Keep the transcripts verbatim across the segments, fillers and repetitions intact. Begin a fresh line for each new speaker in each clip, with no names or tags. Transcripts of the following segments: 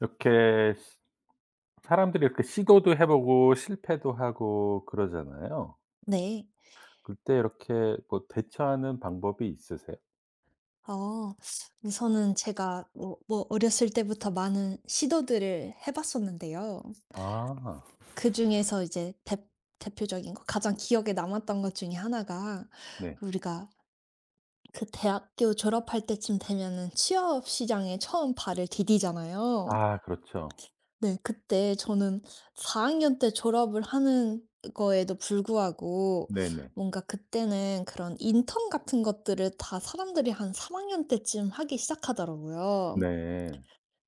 이렇게 시 사람들이 이렇게 시도도 해 보고 실패도 하고 그러잖아요.
네.
그때 이렇게 뭐 대처하는 방법이 있으세요?
어 우선은 제가 뭐 뭐 어렸을 때부터 많은 시도들을 해 봤었는데요.
아,
그중에서 이제 대 대표적인 거, 가장 기억에 남았던 것 중에 하나가,
네.
우리가 그 대학교 졸업할 때쯤 되면은 취업 시장에 처음 발을 디디잖아요.
아, 그렇죠.
네. 그때 저는 사 학년 때 졸업을 하는 거에도 불구하고,
네네.
뭔가 그때는 그런 인턴 같은 것들을 다 사람들이 한 삼 학년 때쯤 하기 시작하더라고요.
네.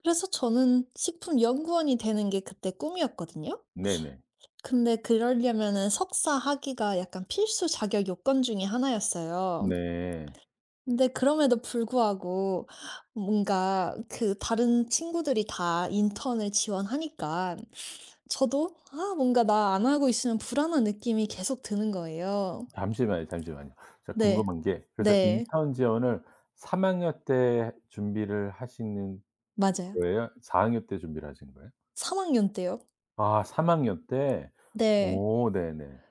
그래서 저는 식품 연구원이 되는 게 그때 꿈이었거든요.
네네.
근데 그러려면은 석사 학위가 약간 필수 자격 요건 중에 하나였어요.
네.
근데 그럼에도 불구하고 뭔가 그 다른 친구들이 다 인턴을 지원하니까, 저도 아, 뭔가 나 안 하고 있으면 불안한 느낌이 계속 드는 거예요.
잠시만요, 잠시만요. 제가
네.
궁금한 게, 그래서
네.
인턴 지원을 삼 학년 때 준비를 하시는
맞아요.
거예요? 사 학년 때 준비를 하신 거예요?
삼 학년 때요.
아, 삼 학년 때.
네.
오, 네네.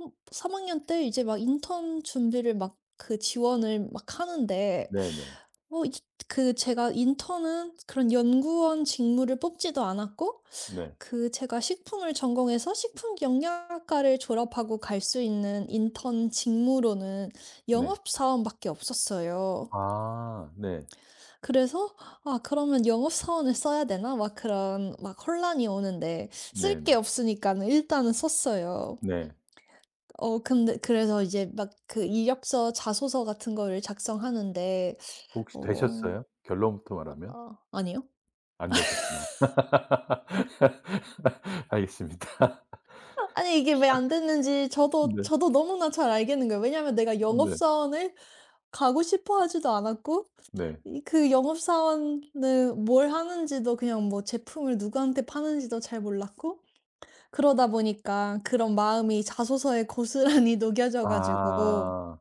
음, 삼 학년 때 이제 막 인턴 준비를 막 그 지원을 막 하는데,
네네.
어이그 제가 인턴은 그런 연구원 직무를 뽑지도 않았고,
네.
그 제가 식품을 전공해서 식품영양학과를 졸업하고 갈 수 있는 인턴 직무로는
네.
영업사원밖에 없었어요.
아, 네.
그래서 아, 그러면 영업사원을 써야 되나? 막 그런 막 혼란이 오는데, 쓸 게
네네.
없으니까는 일단은 썼어요.
네.
어, 근데 그래서 이제 막 그 이력서 자소서 같은 거를 작성하는데,
혹시
어,
되셨어요? 결론부터 말하면?
아, 아니요.
안 되셨구나. 알겠습니다.
아니 이게 왜 안 됐는지 저도
네.
저도 너무나 잘 알겠는 거예요. 왜냐면 내가
네.
영업사원을 가고 싶어 하지도 않았고,
네.
이 그 영업사원은 뭘 하는지도, 그냥 뭐 제품을 누구한테 파는지도 잘 몰랐고, 그러다 보니까 그런 마음이 자소서에 고스란히 녹여져 가지고,
아.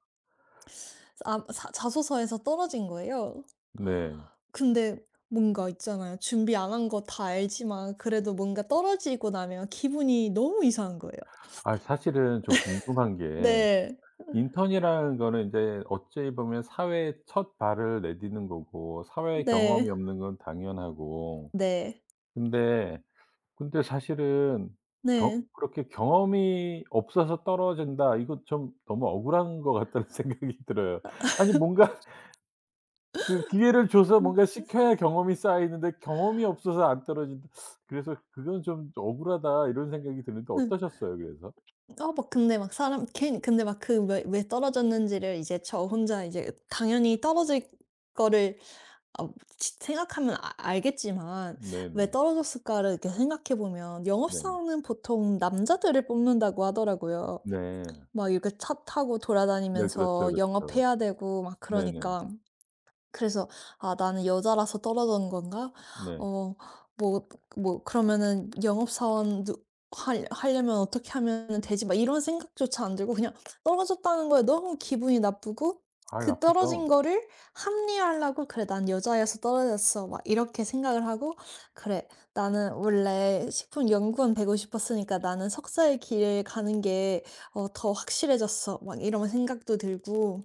아 사 자소서에서 떨어진 거예요.
네.
근데 뭔가 있잖아요. 준비 안 한 거 다 알지만, 그래도 뭔가 떨어지고 나면 기분이 너무 이상한 거예요.
아, 사실은 좀 궁금한 게,
네.
인턴이라는 거는 이제 어찌 보면 사회에 첫 발을 내디는 거고 사회 경험이
네.
없는 건 당연하고,
네.
근데 근데 사실은 경
네.
그렇게 '경험이 없어서 떨어진다.' 이거 좀 너무 억울한 것 같다는 생각이 들어요. 아니 뭔가 그 기회를 줘서 뭔가 시켜야 경험이 쌓이는데 경험이 없어서 안 떨어진다. 그래서 '그건 좀 억울하다.' 이런 생각이 드는데,
네.
어떠셨어요 그래서?
어, 막, 근데 막 사람, 걘, 근데 막 그 왜, 왜 떨어졌는지를 이제 저 혼자 이제 당연히 떨어질 거를, 어, 지- 생각하면 아- 알겠지만, 왜
네네.
떨어졌을까를 이렇게 생각해 보면
네.
영업사원은 보통 남자들을 뽑는다고 하더라고요.
네.
막 이렇게 차 타고
네, 그렇죠,
돌아다니면서
그렇죠.
영업해야 되고 막
네네.
그러니까. 그래서 '아 나는 여자라서 떨어졌는 건가?'
네.
어 뭐 뭐 그러면은 '영업사원 누 할 하려면 어떻게 하면은 되지?' 막 이런 생각조차 안 들고, 그냥 떨어졌다는 거에 너무 기분이 나쁘고,
아,
그 떨어진
나쁘죠.
거를 합리화하려고 '그래 난 여자여서 떨어졌어.' 막 이렇게 생각을 하고, '그래 나는 원래 식품 연구원 되고 싶었으니까 나는 석사의 길을 가는 게, 어, 더 확실해졌어.' 막 이런 생각도 들고,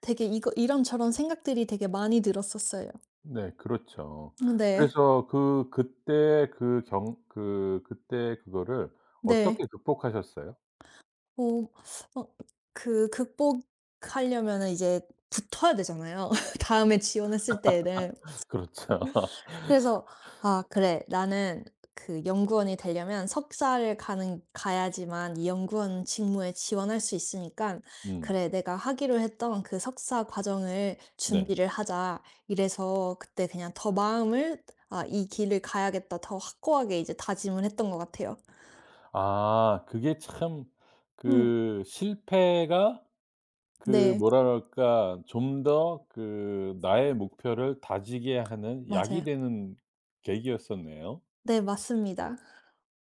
되게 이거 이런저런 생각들이 되게 많이 들었었어요.
네, 그렇죠.
네.
그래서 그 그때 그 경 그 그때 그거를
네.
어떻게 극복하셨어요?
뭐, 어 그 극복하려면은 이제 붙어야 되잖아요 다음에 지원했을 때에는.
그렇죠.
그래서 '아 그래. 나는 그 연구원이 되려면 석사를 가는 가야지만 이 연구원 직무에 지원할 수 있으니까,
음.
그래 내가 하기로 했던 그 석사 과정을
네.
준비를 하자.' 이래서 그때 그냥 더 마음을 '아, 이 길을 가야겠다.' 더 확고하게 이제 다짐을 했던 것 같아요.
아, 그게 참,
음.
그 실패가 그
네.
뭐라 그럴까, 좀 더 그 나의 목표를 다지게 하는 약이
맞아요.
되는 계기였었네요.
네, 맞습니다.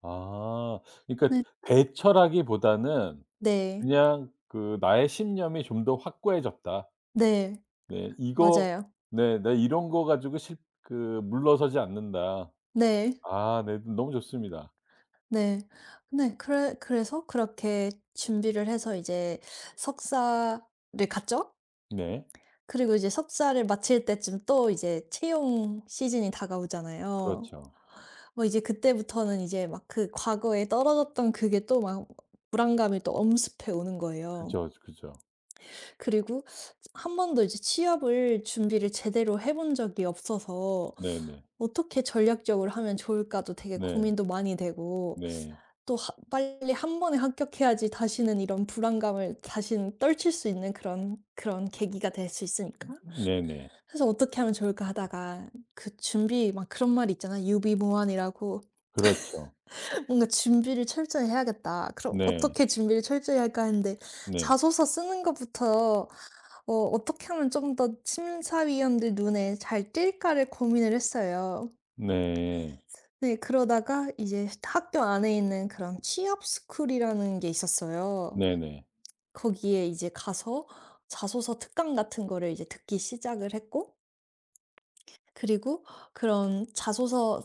아, 그러니까
네.
대처라기보다는
네.
그냥 그 '나의 신념이 좀 더 확고해졌다.'
네.
네. 이거
맞아요.
네. '나 이런 거 가지고 실 그 물러서지 않는다.'
네.
아, 네. 음, 너무 좋습니다.
네. 네. 그래 그래서 그렇게 준비를 해서 이제 석사를 갔죠.
네.
그리고 이제 석사를 마칠 때쯤 또 이제 채용 시즌이 다가오잖아요.
그렇죠.
뭐 이제 그때부터는 이제 막 그 과거에 떨어졌던 그게 또 막 불안감이 또 엄습해 오는 거예요.
그죠, 그죠.
그리고 한 번도 이제 취업을 준비를 제대로 해본 적이 없어서
네네.
어떻게 전략적으로 하면 좋을까도 되게
네.
고민도 많이 되고,
네.
또 하 빨리 한 번에 합격해야지 다시는 이런 불안감을 다시는 떨칠 수 있는 그런 그런 계기가 될 수 있으니까.
네네.
그래서 '어떻게 하면 좋을까?' 하다가, 그 준비 막 그런 말이 있잖아. 유비무환이라고.
그렇죠.
뭔가 '준비를 철저히 해야겠다.' 그럼
네.
어떻게 준비를 철저히 할까 했는데,
네.
자소서 쓰는 것부터, 어 어떻게 하면 좀 더 심사위원들 눈에 잘 띌까를 고민을 했어요.
네.
네, 그러다가 이제 학교 안에 있는 그런 취업 스쿨이라는 게 있었어요.
네네.
거기에 이제 가서 자소서 특강 같은 거를 이제 듣기 시작을 했고, 그리고 그런 자소서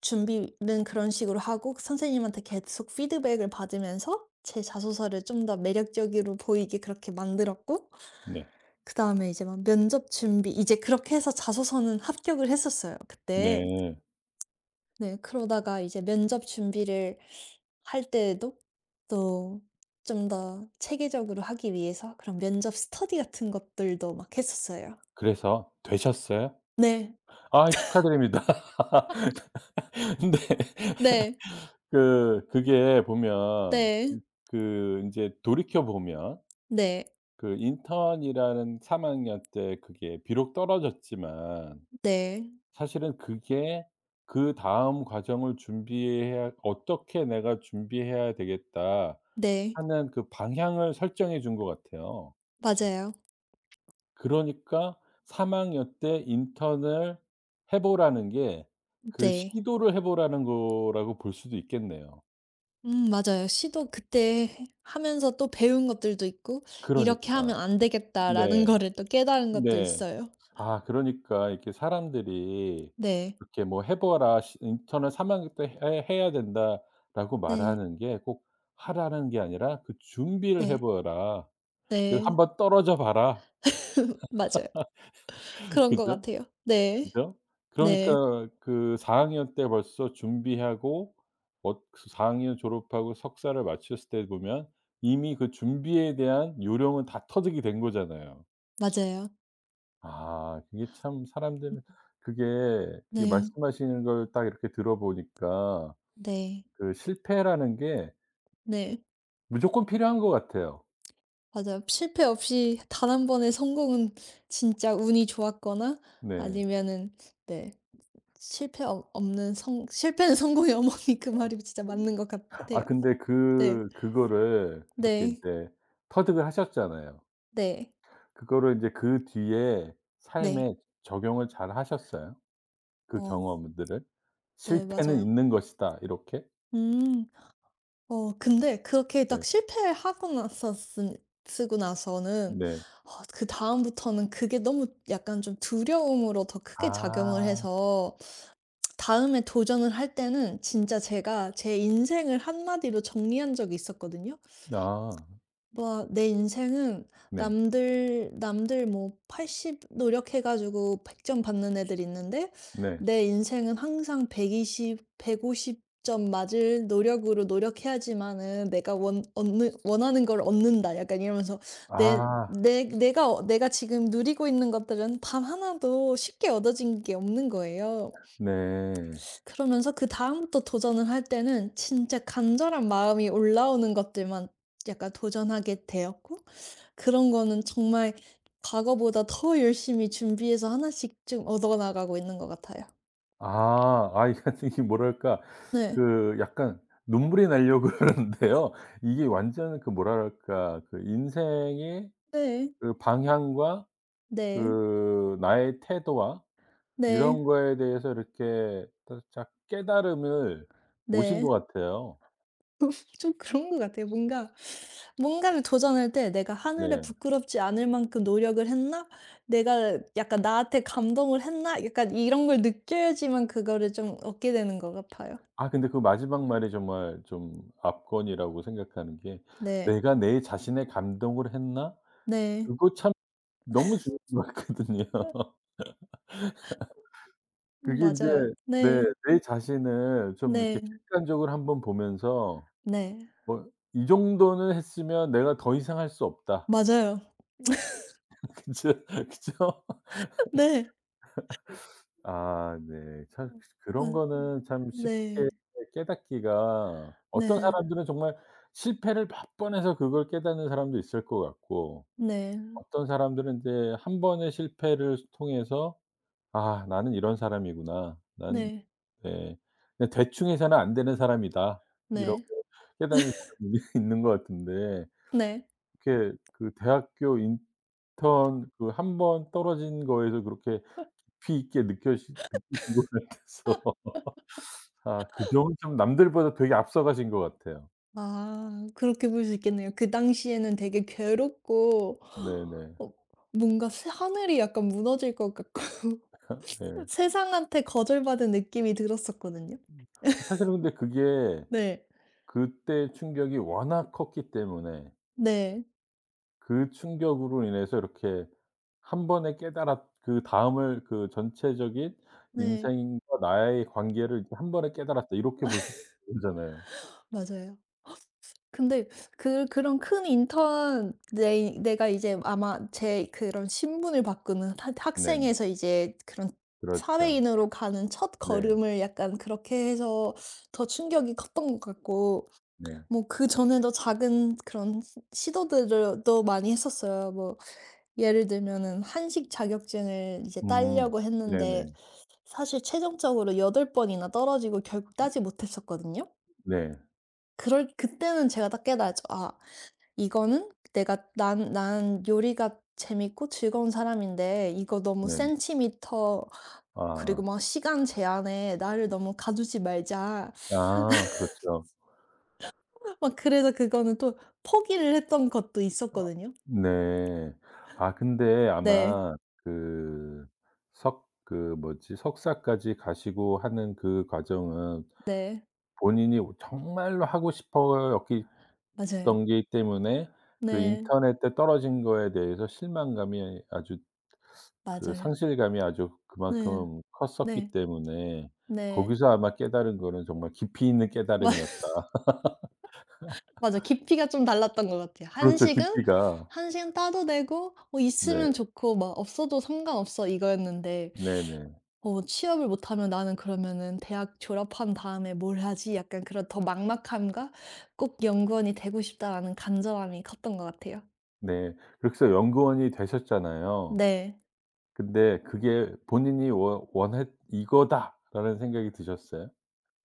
준비는 그런 식으로 하고 선생님한테 계속 피드백을 받으면서 제 자소서를 좀 더 매력적으로 보이게 그렇게 만들었고,
네.
그다음에 이제 막 면접 준비 이제 그렇게 해서 자소서는 합격을 했었어요
네.
그때.
네.
네. 그러다가 이제 면접 준비를 할 때에도 또 좀 더 체계적으로 하기 위해서 그런 면접 스터디 같은 것들도 막 했었어요.
그래서 되셨어요?
네.
아이, 축하드립니다. 근데
네.
그 그게 보면
네.
이 그 인제 돌이켜 보면,
네.
그 인턴이라는 삼 학년 때 그게 비록 떨어졌지만,
네.
사실은 그게 그다음 과정을 준비해야 '어떻게 내가 준비해야 되겠다.'
네.
하는 그 방향을 설정해 준 것 같아요.
맞아요.
그러니까 삼 학년 때 인턴을 해 보라는 게 그
네.
시도를 해 보라는 거라고 볼 수도 있겠네요.
음, 맞아요. 시도 그때 하면서 또 배운 것들도 있고, '이렇게
그러니까.
하면 안 되겠다.'라는
네.
거를 또 깨달은 것도
네.
있어요.
아, 그러니까 이렇게 사람들이
네.
이렇게 뭐 "해 보라. 시 인턴을삼 학년 때 해 해야 된다."라고
네.
말하는 게 꼭 하라는 게 아니라 그 준비를 해
네.
보라. 그
네.
한번 떨어져 봐라.
맞아요. 그런 것
그죠?
같아요. 네.
그죠?
네.
그러니까 그 사 학년 때 벌써 준비하고, 어, 사 학년 졸업하고 석사를 마쳤을 때 보면 이미 그 준비에 대한 요령은 다 터득이 된 거잖아요.
맞아요.
아 그게 참 사람들 그게 그게 네,
네.
말씀하시는 걸 딱 이렇게 들어보니까
네.
그 실패라는 게
네.
무조건 필요한 것 같아요.
맞아요. 실패 없이 단 한 번의 성공은 진짜 운이 좋았거나,
네.
아니면은, 네, 실패 없 없는 성 "실패는 성공의 어머니." 그 말이 진짜 맞는 것 같아요.
아, 근데
네.
그 그거를 이렇게
네.
인제 터득을 하셨잖아요.
네.
그거를 인제 그 뒤에
네.
삶에 적용을 잘 하셨어요? 그
어,
경험들을?
네
'실패는
맞아요.
있는 것이다.' 이렇게?
음. 어, 근데 그렇게 딱
네.
실패하고 나서 쓴 쓰고 나서는,
네.
어, 그다음부터는 그게 너무 약간 좀 두려움으로 더 크게 작용을
아.
해서, 다음에 도전을 할 때는 진짜 제가 제 인생을 한마디로 정리한 적이 있었거든요.
아.
뭐 내 인생은
네.
남들 남들 뭐 팔십 노력해 가지고 백 점 받는 애들 있는데,
네.
내 인생은 항상 백이십, 백오십 점 맞을 노력으로 노력해야지만은 내가 원 얻는 원하는 걸 얻는다. 약간 이러면서 내
아.
내 내가 내가 지금 누리고 있는 것들은 단 하나도 쉽게 얻어진 게 없는 거예요.
네.
그러면서 그다음부터 도전을 할 때는 진짜 간절한 마음이 올라오는 것들만 약간 도전하게 되었고, 그런 거는 정말 과거보다 더 열심히 준비해서 하나씩 좀 얻어 나가고 있는 것 같아요.
아. 아, 이게 이게 뭐랄까,
네.
그 약간 눈물이 나려고 그러는데요. 이게 완전 그 뭐랄까, 그 인생의
네.
그 방향과
네.
그 나의 태도와 이런
네.
거에 대해서 이렇게 살짝 깨달음을 오신
네.
것 같아요.
좀 그런 것 같아요. 뭔가, 뭔가를 도전할 때 '내가 하늘에
네.
부끄럽지 않을 만큼 노력을 했나? 내가 약간 나한테 감동을 했나?' 약간 이런 걸 느껴야지만 그거를 좀 얻게 되는 것 같아요.
아, 근데 그 마지막 말이 정말 좀 압권이라고 생각하는 게,
네.
'내가 내 자신의 감동을 했나?'
네.
그거 참 너무 중요한 것 같거든요.
음,
그게 인제
맞아요.
네.
네.
내 자신을 좀 이렇게
네.
객관적으로 한번 보면서
네.
뭐 '이 정도는 했으면 내가 더 이상 할 수 없다.'
맞아요.
그죠? 그죠?
네.
아, 네. 참,
음,
그런
맞
거는 참
네.
쉽게 깨닫기가, 어떤
네.
사람들은 정말 실패를 몇 번 해서 그걸 깨닫는 사람도 있을 것 같고,
네.
어떤 사람들은 인제 한 번의 실패를 통해서 '아 나는 이런 사람이구나. 난'
네.
네. 그냥 '대충 해서는 안 되는 사람이다.' 이러고
네.
깨닫는 사람이 있는 것 같은데,
네.
그렇게 그 대학교 인턴 그 한 번 떨어진 거에서 그렇게 깊이 있게 느껴시 느끼신 것 같아서 아, 그 점은 좀 남들보다 되게 앞서가신 것 같아요.
아, 그렇게 볼 수 있겠네요. 그 당시에는 되게 괴롭고,
네네.
어, 뭔가 새 하늘이 약간 무너질 것 같고
네.
세상한테 거절받은 느낌이 들었었거든요.
사실은 근데 그게
네.
그때 충격이 워낙 컸기 때문에
네.
그 충격으로 인해서 이렇게 한 번에 깨달았 그다음을 그 전체적인
네.
'인생과 나의 관계를 이렇게 한 번에 깨달았다.' 이렇게 볼 수 있잖아요.
맞아요. 근데 그 그런 큰 인턴 내 내가 이제 아마 제 그런 신분을 바꾸는 학
네네.
학생에서 이제 그런
그렇죠.
사회인으로 가는
네.
첫걸음을 약간 그렇게 해서 더 충격이 컸던 것 같고,
네.
뭐 그전에도 작은 그런 시 시도들을 또 많이 했었어요. 뭐 예를 들면은 한식 자격증을 이제
음.
따려고 했는데
네네.
사실 최종적으로 여덟 번이나 떨어지고 결국 따지 못했었거든요.
네.
그럴 그때는 제가 딱 깨달았죠. '아, 이거는 내가 난 난 요리가 재밌고 즐거운 사람인데 이거 너무
네.
센티미터. 그리고
아.
막 시간 제한에 나를 너무 가두지 말자.'
아, 그렇죠.
막 그래서 그거는 또 포기를 했던 것도
아,
있었거든요.
네. 아 근데
네.
아마 그 석 그 뭐지 석사까지 가시고 하는 그 과정은
네.
본인이 정말로 하고 싶어였기
맞아요.
던 게 때문에 그
네.
인터넷에 떨어진 거에 대해서 실망감이 아주 그
맞아요.
상실감이 아주
네.
그만큼 컸었기
네.
때문에
네.
거기서 아마 깨달은 거는 정말 깊이 있는
맞
깨달음이었다.
맞아. 깊이가 좀 달랐던 것 같아요.
그렇죠.
한식은
깊이가.
한식은 따도 되고 뭐
네.
있으면 좋고 막 없어도 상관없어, 이거였는데,
네네.
어, 취업을 못하면 나는 그러면은 '대학 졸업한 다음에 뭘 하지?' 약간 그런 더 막막함과 '꼭 연구원이 되고 싶다.'라는 간절함이 컸던 것 같아요.
네. 그래서 연구원이 되셨잖아요.
네.
근데 그게 본인이 워 원했 '이거다.'라는 생각이 드셨어요?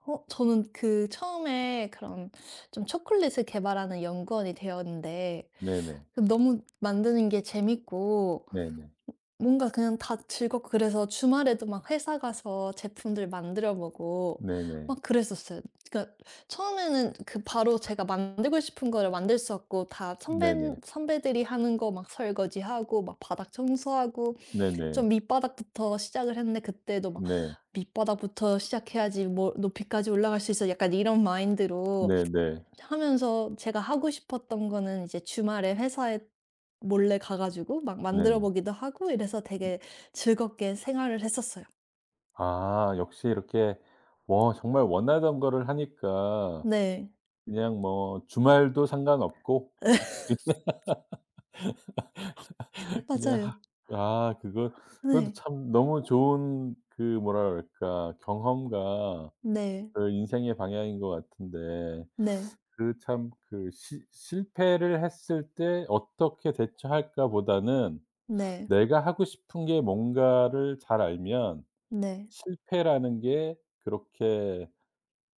어, 저는 그 처음에 그런 좀 초콜릿을 개발하는 연구원이 되었는데,
네네.
그 너무 만드는 게 재밌고,
네네.
뭔가 그냥 다 즐겁고, 그래서 주말에도 막 회사 가서 제품들 만들어 보고
네네.
막 그랬었어요. 그러니까 처음에는 그 바로 제가 만들고 싶은 거를 만들 수 없고, 다 선배
네네.
선배들이 하는 거 막 설거지하고 막 바닥 청소하고 좀
네네.
밑바닥부터 시작을 했는데, 그때도 막
네네. 네.
'밑바닥부터 시작해야지 뭐 높이까지 올라갈 수 있어.' 약간 이런 마인드로
네네.
하면서, 제가 하고 싶었던 거는 이제 주말에 회사에 몰래 가 가지고 막 만들어
네네.
보기도 하고, 이래서 되게 즐겁게 생활을 했었어요.
아, 역시 이렇게 뭐 정말 원하던 거를 하니까
네.
그냥 뭐 주말도 상관없고 그냥 하
맞아요.
아 그거 그것도
네.
참 너무 좋은 그 뭐라 그럴까 경험과
네.
그 인생의 방향인 것 같은데,
네.
그 참 그 '실패를 했을 때 어떻게 대처할까.'보다는
네.
내가 하고 싶은 게 뭔가를 잘 알면
네.
실패라는 게 그렇게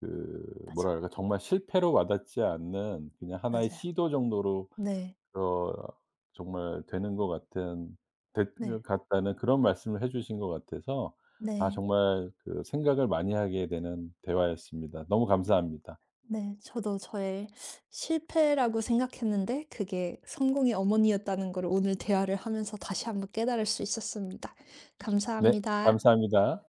그
맞아요.
뭐랄까 정말 실패로 와닿지 않는 그냥 하나의
맞아요.
시도 정도로
네.
어, 정말 되는 것 같은 됐
네.
같다는 그런 말씀을 해 주신 것 같아서, 아,
네.
정말 그 생각을 많이 하게 되는 대화였습니다. 너무 감사합니다.
네. 저도 저의 실패라고 생각했는데 그게 성공의 어머니였다는 걸 오늘 대화를 하면서 다시 한번 깨달을 수 있었습니다.
네.
감사합니다.
감사합니다.